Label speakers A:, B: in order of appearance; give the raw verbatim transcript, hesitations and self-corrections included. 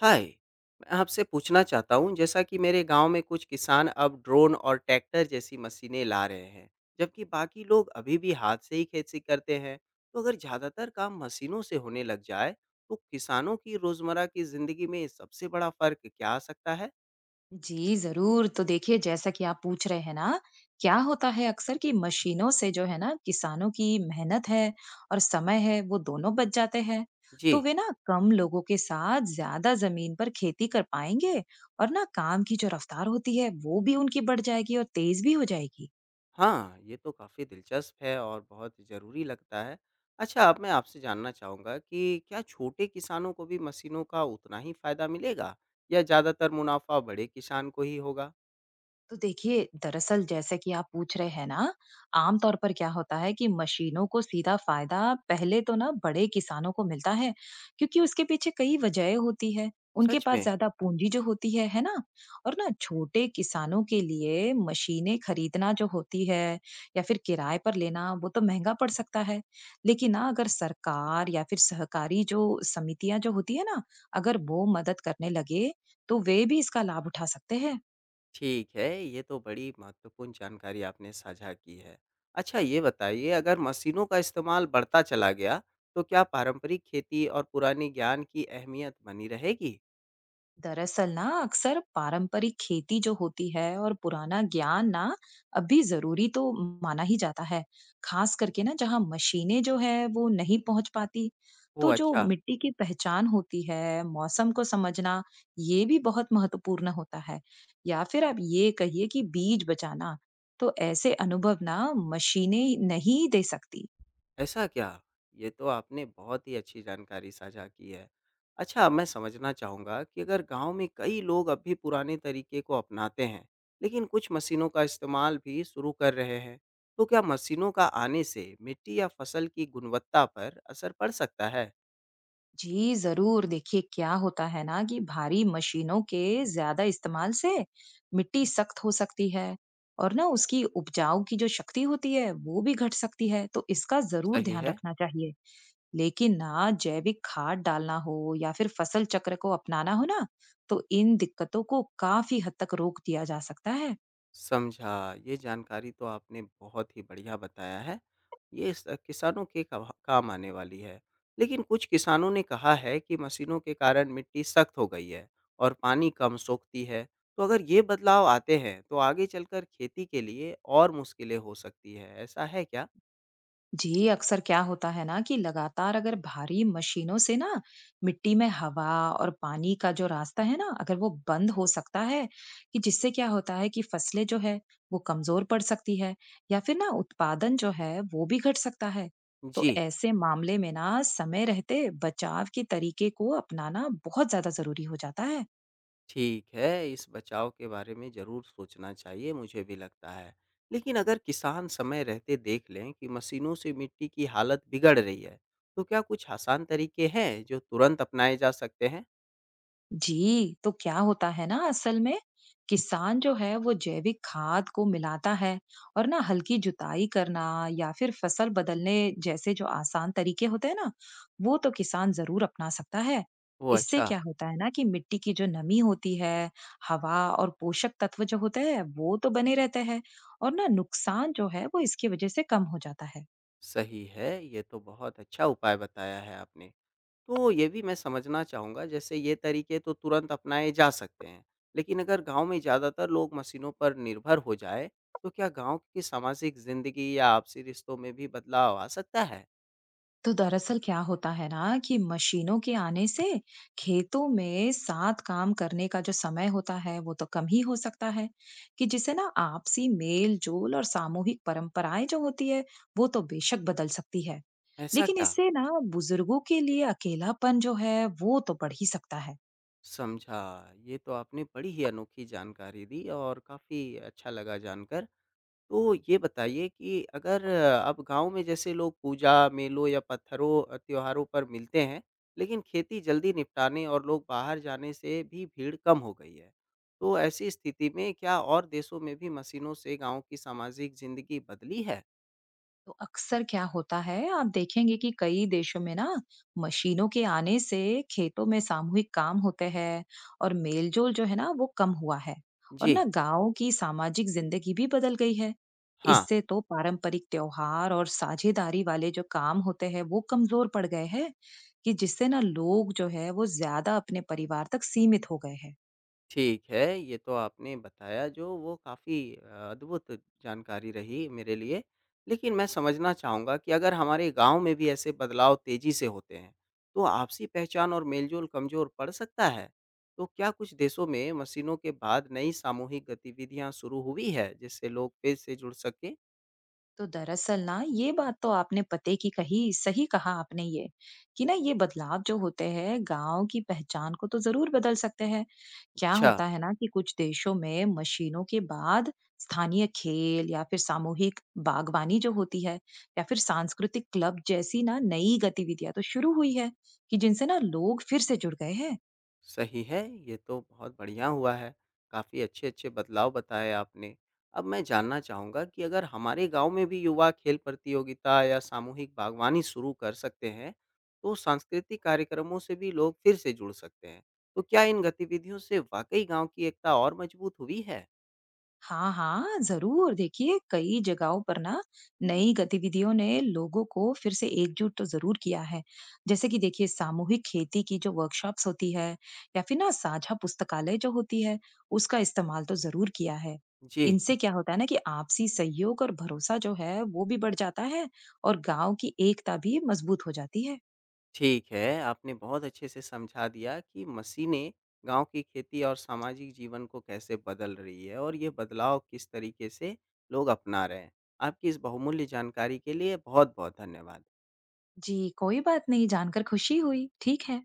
A: हाय, मैं आपसे पूछना चाहता हूँ जैसा कि मेरे गांव में कुछ किसान अब ड्रोन और ट्रैक्टर जैसी मशीनें ला रहे हैं, जबकि बाकी लोग अभी भी हाथ से ही खेती करते हैं। तो अगर ज़्यादातर काम मशीनों से होने लग जाए, तो किसानों की रोज़मर्रा की ज़िंदगी में सबसे बड़ा फ़र्क क्या आ सकता है?
B: जी, ज़रूर। तो देखिए जैसा कि आप पूछ रहे हैं ना, क्या होता है अक्सर कि मशीनों से जो है ना किसानों की मेहनत है और समय है वो दोनों बच जाते हैं। तो
A: जी,
B: वे ना कम लोगों के साथ ज़्यादा ज़मीन पर खेती कर पाएँगे और ना काम की जो रफ़्तार होती है वो भी उनकी बढ़ जाएगी और तेज़ भी हो जाएगी।
A: हाँ, ये तो काफ़ी दिलचस्प है और बहुत ज़रूरी लगता है। अच्छा, अब मैं आपसे जानना चाहूँगा कि क्या छोटे किसानों को भी मशीनों का उतना ही फ़ायदा मिलेगा या ज़्यादातर मुनाफा बड़े किसान को ही होगा?
B: तो देखिए दरअसल जैसे कि आप पूछ रहे हैं ना, आमतौर पर क्या होता है कि मशीनों को सीधा फायदा पहले तो ना बड़े किसानों को मिलता है, क्योंकि उसके पीछे कई वजह होती है। उनके
A: सच
B: पास
A: में?
B: ज्यादा पूंजी जो होती है है ना। और ना छोटे किसानों के लिए मशीनें खरीदना जो होती है या फिर किराए पर लेना, वो तो महंगा पड़ सकता है। लेकिन ना अगर सरकार या फिर सहकारी जो समितियां जो होती है ना, अगर वो मदद करने लगे तो वे भी इसका लाभ उठा सकते हैं।
A: ठीक है, ये तो बड़ी महत्वपूर्ण जानकारी आपने साझा की है। अच्छा ये बताइए अगर मशीनों का इस्तेमाल बढ़ता चला गया, तो क्या पारंपरिक खेती और पुराने ज्ञान की अहमियत बनी रहेगी?
B: दरअसल ना अक्सर पारंपरिक खेती जो होती है और पुराना ज्ञान ना अभी जरूरी तो माना ही जाता है, खास करके ना जहाँ मशीनें जो है वो नहीं पहुंच पाती। तो
A: ओह
B: जो
A: अच्छा!
B: मिट्टी की पहचान होती है, मौसम को समझना, ये भी बहुत महत्वपूर्ण होता है। या फिर आप ये कहिए कि बीज बचाना, तो ऐसे अनुभव ना मशीनें नहीं दे सकती।
A: ऐसा क्या? ये तो आपने बहुत ही अच्छी जानकारी साझा की है। अच्छा, मैं समझना चाहूँगा कि अगर गाँव में कई लोग अब भी पुराने तरीके को अपनाते हैं, लेकिन कुछ मशीनों का इस्तेमाल भी शुरू कर रहे हैं, तो क्या मशीनों का आने से मिट्टी या फसल की गुणवत्ता पर असर पड़ सकता है?
B: जी जरूर। देखिए क्या होता है ना कि भारी मशीनों के ज्यादा इस्तेमाल से मिट्टी सख्त हो सकती है और ना उसकी उपजाऊ की जो शक्ति होती है वो भी घट सकती है, तो इसका जरूर
A: सही
B: ध्यान
A: है।
B: रखना चाहिए। लेकिन ना जैविक खाद डालना हो या फिर फसल चक्र को अपनाना हो ना, तो इन दिक्कतों को काफी हद तक रोक दिया जा सकता है।
A: समझा। ये जानकारी तो आपने बहुत ही बढ़िया बताया है। ये स किसानों के कभा काम आने वाली है। लेकिन कुछ किसानों ने कहा है कि मशीनों के कारण मिट्टी सख्त हो गई है और पानी कम सोखती है। तो अगर ये बदलाव आते हैं तो आगे चलकर खेती के लिए और मुश्किलें हो सकती है। ऐसा है क्या?
B: जी, अक्सर क्या होता है ना कि लगातार अगर भारी मशीनों से ना मिट्टी में हवा और पानी का जो रास्ता है ना, अगर वो बंद हो सकता है, कि जिससे क्या होता है कि फसलें जो है वो कमजोर पड़ सकती है या फिर ना उत्पादन जो है वो भी घट सकता है। तो
A: जी।
B: ऐसे मामले में ना समय रहते बचाव के तरीके को अपनाना बहुत ज्यादा जरूरी हो जाता है।
A: ठीक है, इस बचाव के बारे में ज़रूर सोचना चाहिए, मुझे भी लगता है। लेकिन अगर किसान समय रहते देख लें कि मशीनों से मिट्टी की हालत बिगड़ रही है, तो क्या कुछ आसान तरीके हैं जो तुरंत अपनाए जा सकते हैं?
B: जी, तो क्या होता है ना, असल में किसान जो है वो जैविक खाद को मिलाता है और ना हल्की जुताई करना या फिर फसल बदलने जैसे जो आसान तरीके होते हैं ना, वो तो किसान जरूर अपना सकता है।
A: ओह
B: इससे
A: अच्छा,
B: क्या होता है ना कि मिट्टी की जो नमी होती है, हवा और पोषक तत्व जो होते हैं वो तो बने रहते हैं और ना नुकसान जो है वो इसकी वजह से कम हो जाता है।
A: सही है, ये तो बहुत अच्छा उपाय बताया है आपने। तो ये भी मैं समझना चाहूँगा जैसे ये तरीके तो तुरंत अपनाए जा सकते हैं, लेकिन अगर गाँव में ज़्यादातर लोग मशीनों पर निर्भर हो जाएँ, तो क्या गाँव की सामाजिक ज़िंदगी या आपसी रिश्तों में भी बदलाव आ सकता है?
B: तो दरअसल क्या होता है ना कि मशीनों के आने से खेतों में साथ काम करने का जो समय होता है वो तो कम ही हो सकता है, कि जिसे ना आपसी मेल जोल और सामूहिक परंपराएं जो होती है वो तो बेशक बदल सकती है।
A: ऐसा
B: लेकिन
A: क्या?
B: इससे ना बुजुर्गों के लिए अकेलापन जो है वो तो बढ़ ही सकता है।
A: समझा। ये तो आपने बड़ी ही अनोखी जानकारी दी और काफ़ी अच्छा लगा जानकर। तो ये बताइए कि अगर अब गाँव में जैसे लोग पूजा, मेलों या पत्थरों अ, त्योहारों पर मिलते हैं, लेकिन खेती जल्दी निपटाने और लोग बाहर जाने से भी भीड़ कम हो गई है। तो ऐसी स्थिति में क्या और देशों में भी मशीनों से गाँव की सामाजिक ज़िंदगी बदली है?
B: तो अक्सर क्या होता है, आप देखेंगे कि कई देशों में ना मशीनों के आने से खेतों में सामूहिक काम होते हैं और मेलजोल जो है ना वो कम हुआ है और
A: जी,
B: ना गांव की सामाजिक जिंदगी भी बदल गई है।
A: हाँ।
B: इससे तो पारंपरिक त्योहार और साझेदारी वाले जो काम होते हैं वो कमजोर पड़ गए हैं, कि जिससे ना लोग जो है वो ज्यादा अपने परिवार तक सीमित हो गए हैं।
A: ठीक है, ये तो आपने बताया जो वो काफ़ी अद्भुत जानकारी रही मेरे लिए। लेकिन मैं समझना चाहूँगा कि अगर हमारे गाँव में भी ऐसे बदलाव तेज़ी से होते हैं, तो आपसी पहचान और मेलजोल कमज़ोर पड़ सकता है? तो क्या कुछ देशों में मशीनों के बाद नई सामूहिक गतिविधियाँ शुरू हुई है, जिससे लोग फिर से जुड़ सकें?
B: तो दरअसल ना ये बात तो आपने पते की कही, सही कहा आपने ये कि ना ये बदलाव जो होते हैं गांव की पहचान को तो जरूर बदल सकते हैं। क्या
A: अच्छा।
B: होता है ना कि कुछ देशों में मशीनों के बाद स्थानीय खेल या फिर सामूहिक बागवानी जो होती है या फिर सांस्कृतिक क्लब जैसी ना नई गतिविधियां तो शुरू हुई है, कि जिनसे ना लोग फिर से जुड़ गए हैं।
A: सही है, ये तो बहुत बढ़िया हुआ है। काफ़ी अच्छे-अच्छे बदलाव बताए आपने। अब मैं जानना चाहूँगा कि अगर हमारे गाँव में भी युवा खेल प्रतियोगिता या सामूहिक बागवानी शुरू कर सकते हैं, तो सांस्कृतिक कार्यक्रमों से भी लोग फिर से जुड़ सकते हैं। तो क्या इन गतिविधियों से वाक़ई गाँव की एकता और मजबूत हुई है?
B: हाँ, हाँ, ज़रूर। देखिए, कई जगहों पर ना नई गतिविधियों ने लोगों को फिर से एकजुट तो ज़रूर किया है। जैसे कि देखिए सामूहिक खेती की जो वर्कशॉप्स होती है या फिर ना साझा पुस्तकालय जो होती है, उसका इस्तेमाल तो ज़रूर किया है।
A: जी।
B: इनसे क्या होता है ना कि आपसी सहयोग और भरोसा जो है वो भी बढ़ जाता है और गाँव की एकता भी मज़बूत हो जाती है।
A: ठीक है, आपने बहुत अच्छे से समझा दिया कि मशीनें गाँव की खेती और सामाजिक जीवन को कैसे बदल रही है और ये बदलाव किस तरीके से लोग अपना रहे हैं। आपकी इस बहुमूल्य जानकारी के लिए बहुत-बहुत धन्यवाद।
B: जी, कोई बात नहीं, जानकर खुशी हुई। ठीक है।